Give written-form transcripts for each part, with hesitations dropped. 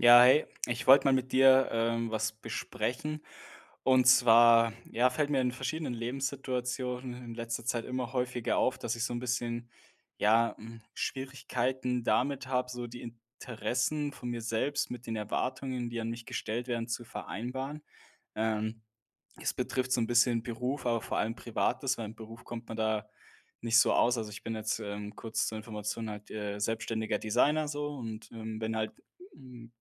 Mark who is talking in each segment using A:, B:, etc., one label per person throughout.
A: Ja, hey, ich wollte mal mit dir was besprechen. Und zwar, ja, fällt mir in verschiedenen Lebenssituationen in letzter Zeit immer häufiger auf, dass ich so ein bisschen, Schwierigkeiten damit habe, so die Interessen von mir selbst mit den Erwartungen, die an mich gestellt werden, zu vereinbaren. Ähm, Es betrifft so ein bisschen Beruf, aber vor allem Privates, weil im Beruf kommt man da nicht so aus. Also ich bin jetzt kurz zur Information halt selbstständiger Designer so und bin halt hm,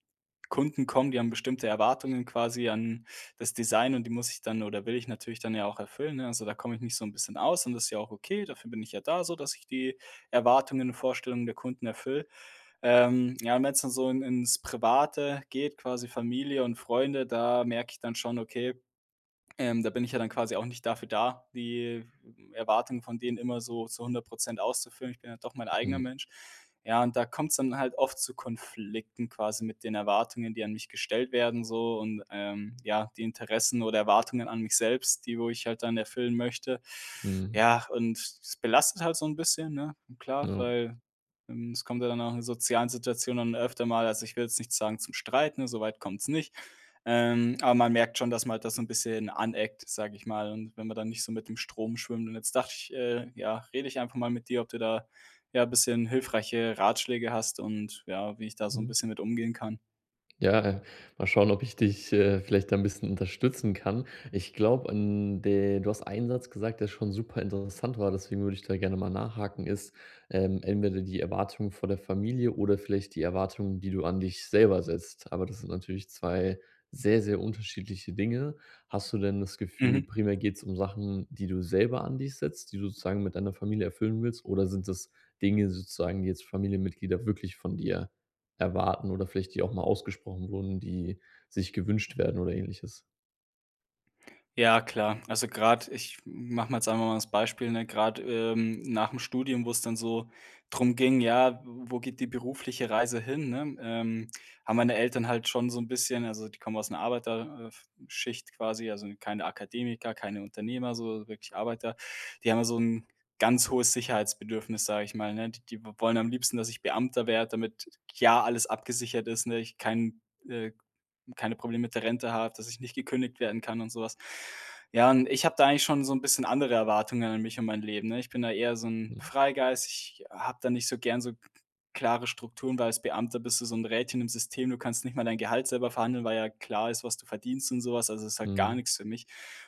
A: Kunden kommen, die haben bestimmte Erwartungen quasi an das Design und die muss ich dann oder will ich natürlich dann ja auch erfüllen, ne? Also, da komme ich nicht so ein bisschen aus und das ist ja auch okay, dafür bin ich ja da so, dass ich die Erwartungen und Vorstellungen der Kunden erfülle. Ja, wenn es dann so in ins Private geht, quasi Familie und Freunde, da merke ich dann schon, okay, da bin ich ja dann quasi auch nicht dafür da, die Erwartungen von denen immer so zu 100 auszufüllen. Ich bin ja doch mein eigener
B: Mhm,
A: Mensch. Ja, und da kommt es dann halt oft zu Konflikten quasi mit den Erwartungen, die an mich gestellt werden so und, ja, die Interessen oder Erwartungen an mich selbst, die wo ich halt dann erfüllen möchte.
B: mhm,
A: Ja, und es belastet halt so ein bisschen, ne? Klar,
B: ja,
A: weil es kommt ja dann auch in sozialen Situationen dann öfter mal, also ich will jetzt nicht sagen zum Streiten, ne, so weit kommt's nicht. Aber man merkt schon, dass man halt da so ein bisschen aneckt, sage ich mal. Und wenn man dann nicht so mit dem Strom schwimmt. Und jetzt dachte ich, ja, rede ich einfach mal mit dir, ob du da, ja, ein bisschen hilfreiche Ratschläge hast und ja, wie ich da so ein
B: mhm.
A: bisschen mit umgehen kann.
B: Ja, mal schauen, ob ich dich, vielleicht da ein bisschen unterstützen kann. Ich glaube, an de du hast einen Satz gesagt, der schon super interessant war, deswegen würde ich da gerne mal nachhaken, ist, entweder die Erwartungen vor der Familie oder vielleicht die Erwartungen, die du an dich selber setzt. Aber das sind natürlich 2 sehr, sehr unterschiedliche Dinge. Hast du denn das Gefühl,
A: Mhm.
B: primär geht's um Sachen, die du selber an dich setzt, die du sozusagen mit deiner Familie erfüllen willst, oder sind das Dinge sozusagen, die jetzt Familienmitglieder wirklich von dir erwarten oder vielleicht die auch mal ausgesprochen wurden, die sich gewünscht werden oder Ähnliches.
A: Ja, klar. Also gerade, ich mache mal jetzt einfach mal das Beispiel, ne, gerade nach dem Studium, wo es dann so drum ging, ja, wo geht die berufliche Reise hin, ne? Haben meine Eltern halt schon so ein bisschen, also die kommen aus einer Arbeiterschicht quasi, also keine Akademiker, keine Unternehmer, so wirklich Arbeiter. Die haben ja so ein ganz hohes Sicherheitsbedürfnis, sage ich mal, ne? Die wollen am liebsten, dass ich Beamter werde, damit ja alles abgesichert ist, ne, ich keinen, äh keine Probleme mit der Rente habe, dass ich nicht gekündigt werden kann und sowas. Ja, und ich habe da eigentlich schon so ein bisschen andere Erwartungen an mich und mein Leben, ne? Ich bin da eher so ein
B: Mhm.
A: Freigeist. Ich habe da nicht so gern so klare Strukturen, weil als Beamter bist du so ein Rädchen im System. Du kannst nicht mal dein Gehalt selber verhandeln, weil ja klar ist, was du verdienst und sowas. Was. Also, es ist halt gar
B: Mhm.
A: nichts für mich.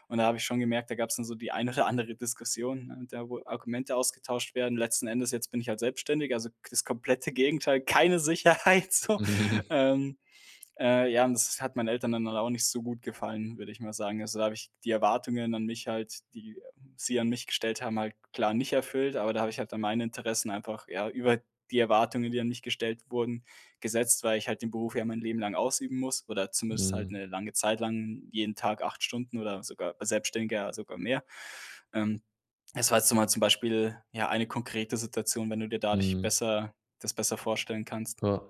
A: Und da habe ich schon gemerkt, da gab es dann so die ein oder andere Diskussion, ne, da wo Argumente ausgetauscht werden. Letzten Endes jetzt bin ich halt selbstständig, also das komplette Gegenteil, keine Sicherheit so.
B: Mhm.
A: Ähm, ja, und das hat meinen Eltern dann halt auch nicht so gut gefallen, würde ich mal sagen. Also, da habe ich die Erwartungen an mich halt, die sie an mich gestellt haben, halt klar nicht erfüllt, aber da habe ich halt dann meine Interessen einfach, ja, über die Erwartungen, die an mich gestellt wurden, gesetzt, weil ich halt den Beruf ja mein Leben lang ausüben muss oder zumindest halt
B: Mhm.
A: eine lange Zeit lang jeden Tag 8 Stunden oder sogar bei Selbstständiger sogar mehr. Ähm, Das war jetzt so mal zum Beispiel, ja, eine konkrete Situation, wenn du dir dadurch
B: Mhm.
A: besser das besser vorstellen kannst.
B: Ja,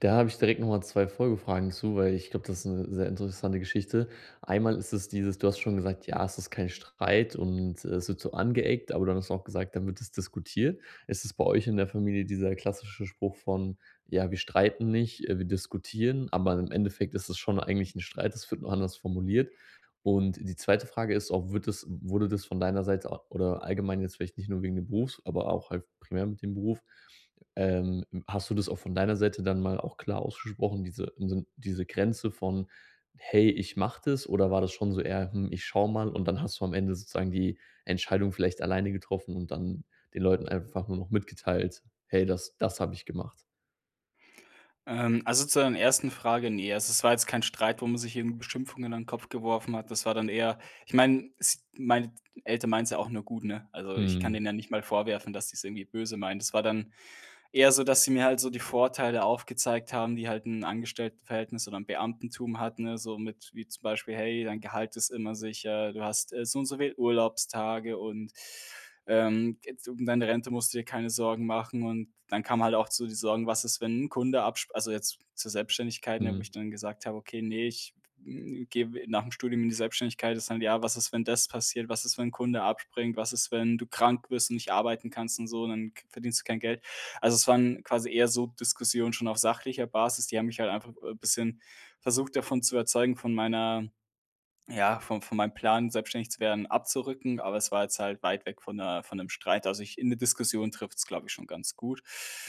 B: da habe ich direkt nochmal 2 Folgefragen zu, weil ich glaube, das ist eine sehr interessante Geschichte. Einmal ist es dieses du hast schon gesagt: „Ja, es ist kein Streit und es wird so angeeckt“, aber dann hast du auch gesagt: „Dann wird es diskutiert.“ Ist es bei euch in der Familie dieser klassische Spruch von: „Ja, wir streiten nicht, wir diskutieren“, aber im Endeffekt ist es schon eigentlich ein Streit, es wird nur anders formuliert? Und die zweite Frage ist auch, wird das wurde das von deiner Seite au oder allgemein jetzt vielleicht nicht nur wegen dem Berufs, aber auch halt primär mit dem Beruf hast du das auch von deiner Seite dann mal auch klar ausgesprochen, diese im Sinn diese Grenze von: „Hey, ich mache das“, oder war das schon so eher: „Hm, ich schaue mal“ und dann hast du am Ende sozusagen die Entscheidung vielleicht alleine getroffen und dann den Leuten einfach nur noch mitgeteilt: „Hey, das habe ich gemacht.“
A: Also zu deiner ersten Frage, ne, also es war jetzt kein Streit, wo man sich irgendwie Beschimpfungen an den Kopf geworfen hat. Das war dann eher, ich meine, s meine Eltern meinen's ja auch nur gut, ne? Also, ich kann
B: Mhm.
A: denen ja nicht mal vorwerfen, dass sie es irgendwie böse meinen. Das war dann eher so, dass sie mir halt so die Vorteile aufgezeigt haben, die halt ein Angestelltenverhältnis oder ein Beamtentum hat, ne, so mit, wie zum Beispiel: „Hey, dein Gehalt ist immer sicher, du hast, so und so viel Urlaubstage und jetzt um deine Rente musst du dir keine Sorgen machen." Und dann kam halt auch zu die Sorgen: „Was ist, wenn ein Kunde absp", also jetzt zur Selbstständigkeit, ne, wo ich
B: Mhm.
A: dann gesagt habe: „Okay, nee, ich, gehe nach dem Studium in die Selbstständigkeit." Ist dann: „Ja, was ist, wenn das passiert? Was ist, wenn ein Kunde abspringt? Was ist, wenn du krank wirst und nicht arbeiten kannst und so, dann k verdienst du kein Geld." Also, es waren quasi eher so Diskussionen schon auf sachlicher Basis. Die haben mich halt einfach, bisschen versucht, davon zu überzeugen, von meiner, ja, von meinem Plan, selbstständig zu werden, abzurücken, aber es war jetzt halt weit weg von der, von 'nem Streit. Also, ich, in der Diskussion trifft es, glaube ich, schon ganz gut.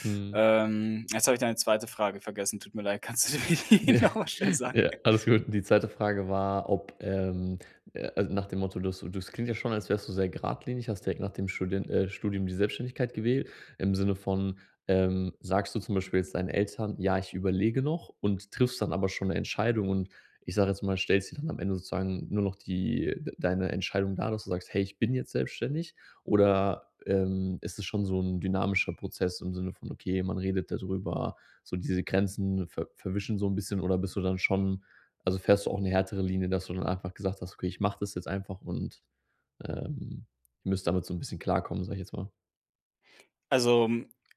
B: Mhm.
A: Jetzt habe ich deine zweite Frage vergessen. Tut mir leid, kannst du mir die
B: Ja,
A: noch schnell sagen?
B: ja, alles gut. Die zweite Frage war, ob, also nach dem Motto, das klingt ja schon, als wärst du sehr geradlinig, hast direkt nach dem Studien Studium die Selbstständigkeit gewählt, im Sinne von, sagst du zum Beispiel jetzt deinen Eltern: „Ja, ich überlege noch“ und triffst dann aber schon eine Entscheidung und ich sage jetzt mal, stellst dir dann am Ende sozusagen nur noch die d deine Entscheidung dar, dass du sagst: „Hey, ich bin jetzt selbstständig“? Oder, ist es schon so ein dynamischer Prozess im Sinne von: „Okay, man redet darüber so diese Grenzen verwischen so ein bisschen oder bist du dann schon also, fährst du auch eine härtere Linie, dass du dann einfach gesagt hast: „Okay, ich mache das jetzt einfach und, ähm, ihr müsst damit so ein bisschen klarkommen“, sag ich jetzt mal?
A: Also,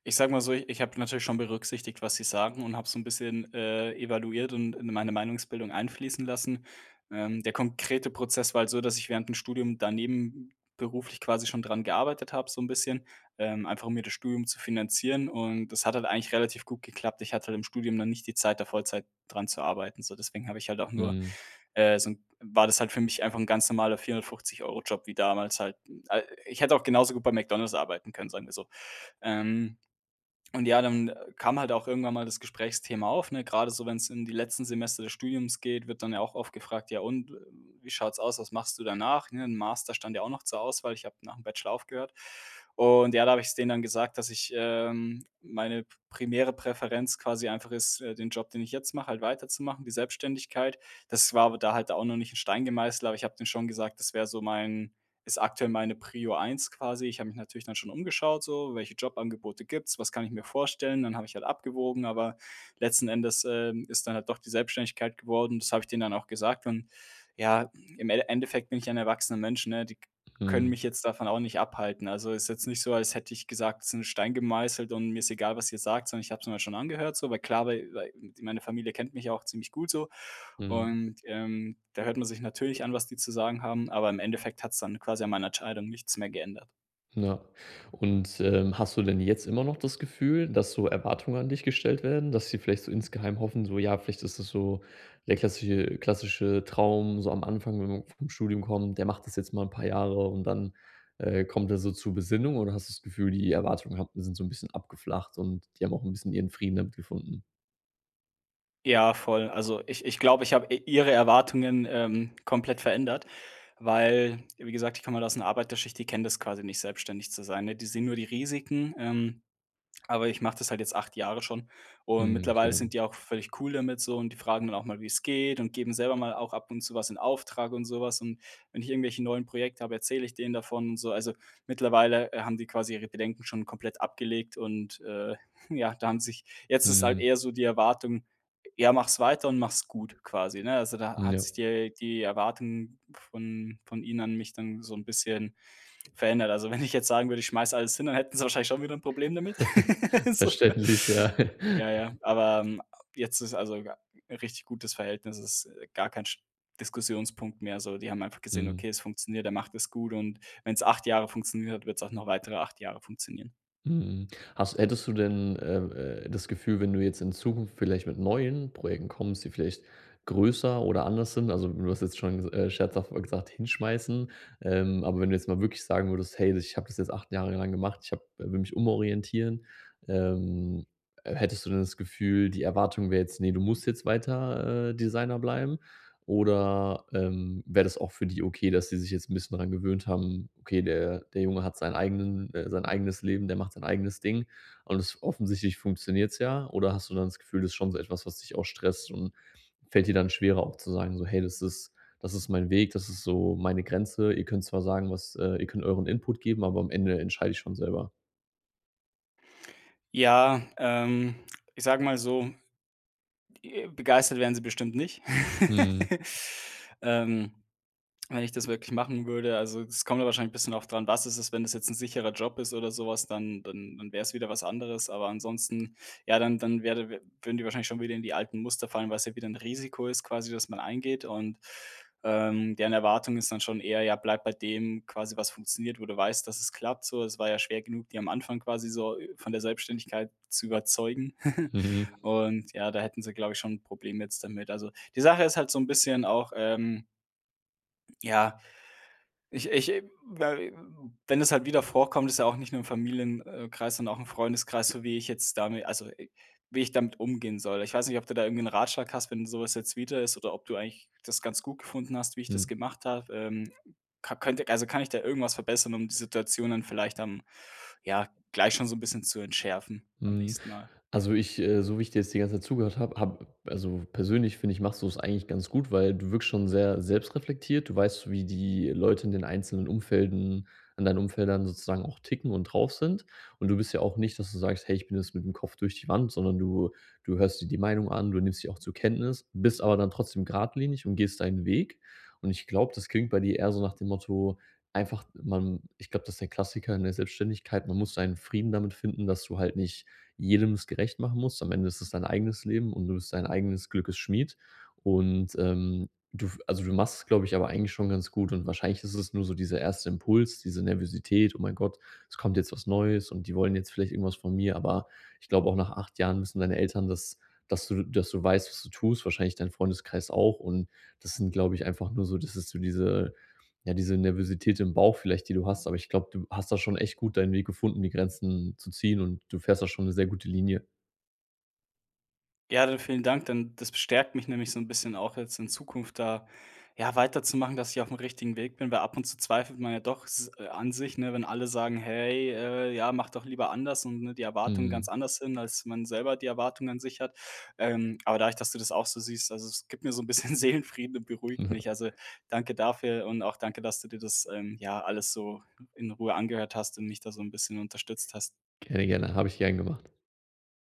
A: ich sage mal so, ich habe natürlich schon berücksichtigt, was sie sagen und habe so ein bisschen evaluiert und in meine Meinungsbildung einfließen lassen. Der konkrete Prozess war halt so, dass ich während dem Studium daneben beruflich quasi schon dran gearbeitet habe, so ein bisschen, einfach um mir das Studium zu finanzieren und das hat halt eigentlich relativ gut geklappt. Ich hatte halt im Studium dann nicht die Zeit, da Vollzeit dran zu arbeiten, so. Deswegen habe ich halt auch nur,
B: Mhm,
A: so 'n, war das halt für mich einfach ein ganz normaler 450 Euro Job wie damals halt. Ich hätte auch genauso gut bei McDonald's arbeiten können, sagen wir so. Ähm, und ja, dann kam halt auch irgendwann mal das Gesprächsthema auf, ne? Gerade so, wenn es in die letzten Semester des Studiums geht, wird dann ja auch oft gefragt: „Ja und, wie schaut's aus? Was machst du danach?" Ne, 'n Master stand ja auch noch zur Auswahl. Ich habe nach dem Bachelor aufgehört. Und ja, da habe ich es denen dann gesagt, dass ich, meine primäre Präferenz quasi einfach ist, den Job, den ich jetzt mache, halt weiterzumachen, die Selbstständigkeit. Das war aber da halt auch noch nicht in Stein gemeißelt, aber ich habe denen schon gesagt, das wäre so mein ist aktuell meine Prio 1 quasi. Ich habe mich natürlich dann schon umgeschaut so: „Welche Jobangebote gibt's? Was kann ich mir vorstellen?" Dann habe ich halt abgewogen, aber letzten Endes, ist dann halt doch die Selbstständigkeit geworden. Das habe ich denen dann auch gesagt und ja, im Endeffekt bin ich ein erwachsener Mensch, ne? Die können
B: mhm,
A: mich jetzt davon auch nicht abhalten. Also, ist jetzt nicht so, als hätte ich gesagt: es „Ist ein Stein gemeißelt und mir ist egal, was ihr sagt", sondern ich habe es mir schon angehört so, weil klar, weil meine Familie kennt mich ja auch ziemlich gut so
B: mhm.
A: und da hört man sich natürlich an, was die zu sagen haben, aber im Endeffekt hat es dann quasi an meiner Entscheidung nichts mehr geändert.
B: Ja. Und, hast du denn jetzt immer noch das Gefühl, dass so Erwartungen an dich gestellt werden, dass sie vielleicht so insgeheim hoffen, so ja, vielleicht ist das so der klassische Traum so am Anfang, wenn man vom Studium kommt, der macht das jetzt mal ein paar Jahre und dann, kommt er so zur Besinnung oder hast du das Gefühl, die Erwartungen haben sind so ein bisschen abgeflacht und die haben auch ein bisschen ihren Frieden damit gefunden?
A: Ja, voll. Also, ich glaube, ich habe i ihre Erwartungen komplett verändert, weil, wie gesagt, ich komme halt aus 'ner Arbeiterschicht, die kennen das quasi nicht, selbstständig zu sein, ne? Die sehen nur die Risiken, aber ich mache das halt jetzt 8 Jahre schon und
B: Mhm,
A: mittlerweile
B: okay.
A: sind die auch völlig cool damit so und die fragen dann auch mal, wie es geht und geben selber mal auch ab und zu was in Auftrag und sowas. Und wenn ich irgendwelche neuen Projekte habe, erzähle ich denen davon und so. Also, mittlerweile haben die quasi ihre Bedenken schon komplett abgelegt und ja, da haben sich jetzt, ist halt
B: Mhm.
A: eher so die Erwartung, ja, mach's weiter und mach's gut quasi, ne? Also, da
B: Mhm,
A: hat
B: ja.
A: sich die Erwartung von ihnen an mich dann so ein bisschen verändert. Also, wenn ich jetzt sagen würde, ich schmeiß alles hin, dann hätten sie wahrscheinlich schon wieder ein Problem damit. So.
B: Verständlich, ja.
A: Ja, ja, aber jetzt ist, also ga ein richtig gutes Verhältnis, ist gar kein Sch Diskussionspunkt mehr so. Die haben einfach gesehen:
B: Mhm.
A: „Okay, es funktioniert, er macht es gut und wenn es 8 Jahre funktioniert hat, wird es auch noch weitere 8 Jahre funktionieren."
B: Mhm. Hast hättest du denn, das Gefühl, wenn du jetzt in Zukunft vielleicht mit neuen Projekten kommst, die vielleicht größer oder anders sind, also du hast jetzt schon, scherzhaft gesagt, hinschmeißen, aber wenn du jetzt mal wirklich sagen würdest: „Hey, ich habe das jetzt 8 Jahre lang gemacht, ich habe will mich umorientieren“, ähm, hättest du denn das Gefühl, die Erwartung wäre jetzt: nee, du musst jetzt weiter, Designer bleiben“? Oder, wäre das auch für die okay, dass sie sich jetzt ein bisschen daran gewöhnt haben: „Okay, der Junge hat seinen eigenen sein eigenes Leben, der macht sein eigenes Ding.“ Und es offensichtlich funktioniert's ja. Oder hast du dann das Gefühl, das ist schon so etwas, was dich auch stresst und fällt dir dann schwerer auch zu sagen so: „Hey, das ist mein Weg, das ist so meine Grenze. Ihr könnt zwar sagen, was ihr könnt euren Input geben, aber am Ende entscheide ich schon selber.“
A: Ja, ich sage mal so, begeistert werden sie bestimmt nicht.
B: Mhm.
A: Ähm, wenn ich das wirklich machen würde, also, es kommt ja wahrscheinlich ein bisschen auch dran, was ist es, wenn das jetzt ein sicherer Job ist oder sowas, dann wäre es wieder was anderes. Aber ansonsten, ja, dann wäre wä würden die wahrscheinlich schon wieder in die alten Muster fallen, weil es ja wieder ein Risiko ist quasi, dass man eingeht. Und deren Erwartung ist dann schon eher: „Ja, bleib bei dem quasi, was funktioniert, wo du weißt, dass es klappt", so. Es war ja schwer genug, die am Anfang quasi so, von der Selbstständigkeit zu überzeugen.
B: Mhm.
A: Und ja, da hätten sie, glaube ich, schon ein Problem jetzt damit. Also, die Sache ist halt so ein bisschen auch, ja, weil wenn es halt wieder vorkommt, ist ja auch nicht nur im Familienkreis, sondern auch im Freundeskreis, so wie ich jetzt damit, also, wie ich damit umgehen soll. Ich weiß nicht, ob du da irgendwie einen Ratschlag hast, wenn sowas jetzt wieder ist oder ob du eigentlich das ganz gut gefunden hast, wie ich das
B: Mhm.
A: gemacht habe. Ka könnte, also kann ich da irgendwas verbessern, um die Situation dann vielleicht am, ja, gleich schon so ein bisschen zu entschärfen beim
B: Mhm.
A: nächsten Mal?
B: Also ich, so wie ich dir jetzt die ganze Zeit zugehört habe, also persönlich finde ich, machst du es eigentlich ganz gut, weil du wirkst schon sehr selbstreflektiert. Du weißt, wie die Leute in den einzelnen Umfelden, an deinen Umfeldern sozusagen auch ticken und drauf sind. Und du bist ja auch nicht, dass du sagst, hey, ich bin jetzt mit dem Kopf durch die Wand, sondern du hörst dir die Meinung an, du nimmst sie auch zur Kenntnis, bist aber dann trotzdem geradlinig und gehst deinen Weg. Und ich glaube, das klingt bei dir eher so nach dem Motto, einfach, man, ich glaube, das ist der Klassiker in der Selbstständigkeit, man muss seinen Frieden damit finden, dass du halt nicht jedem es gerecht machen musst. Am Ende ist es dein eigenes Leben und du bist dein eigenes Glückes Schmied. Und, du also, du machst es, glaube ich, aber eigentlich schon ganz gut und wahrscheinlich ist es nur so dieser erste Impuls, diese Nervosität: „Oh mein Gott, es kommt jetzt was Neues und die wollen jetzt vielleicht irgendwas von mir.“ Aber ich glaube, auch nach 8 Jahren müssen deine Eltern, dass du weißt, was du tust, wahrscheinlich dein Freundeskreis auch. Und das sind, glaube ich, einfach nur so das ist so diese ja, diese Nervosität im Bauch vielleicht, die du hast, aber ich glaube, du hast da schon echt gut deinen Weg gefunden, die Grenzen zu ziehen und du fährst da schon eine sehr gute Linie.
A: Ja, dann vielen Dank. Dann das bestärkt mich nämlich so ein bisschen auch jetzt in Zukunft da, ja, weiterzumachen, dass ich auf dem richtigen Weg bin, weil ab und zu zweifelt man ja doch s an sich, ne, wenn alle sagen: „Hey, ja, mach doch lieber anders" und, ne, die Erwartungen ganz
B: Mhm.
A: anders hin, als man selber die Erwartungen an sich hat. Aber dadurch, dass du das auch so siehst, also, es gibt mir so ein bisschen Seelenfrieden und beruhigt mich. Also, danke dafür und auch danke, dass du dir das ja, alles so in Ruhe angehört hast und mich da so ein bisschen unterstützt hast.
B: Gerne, gerne, habe ich gern gemacht.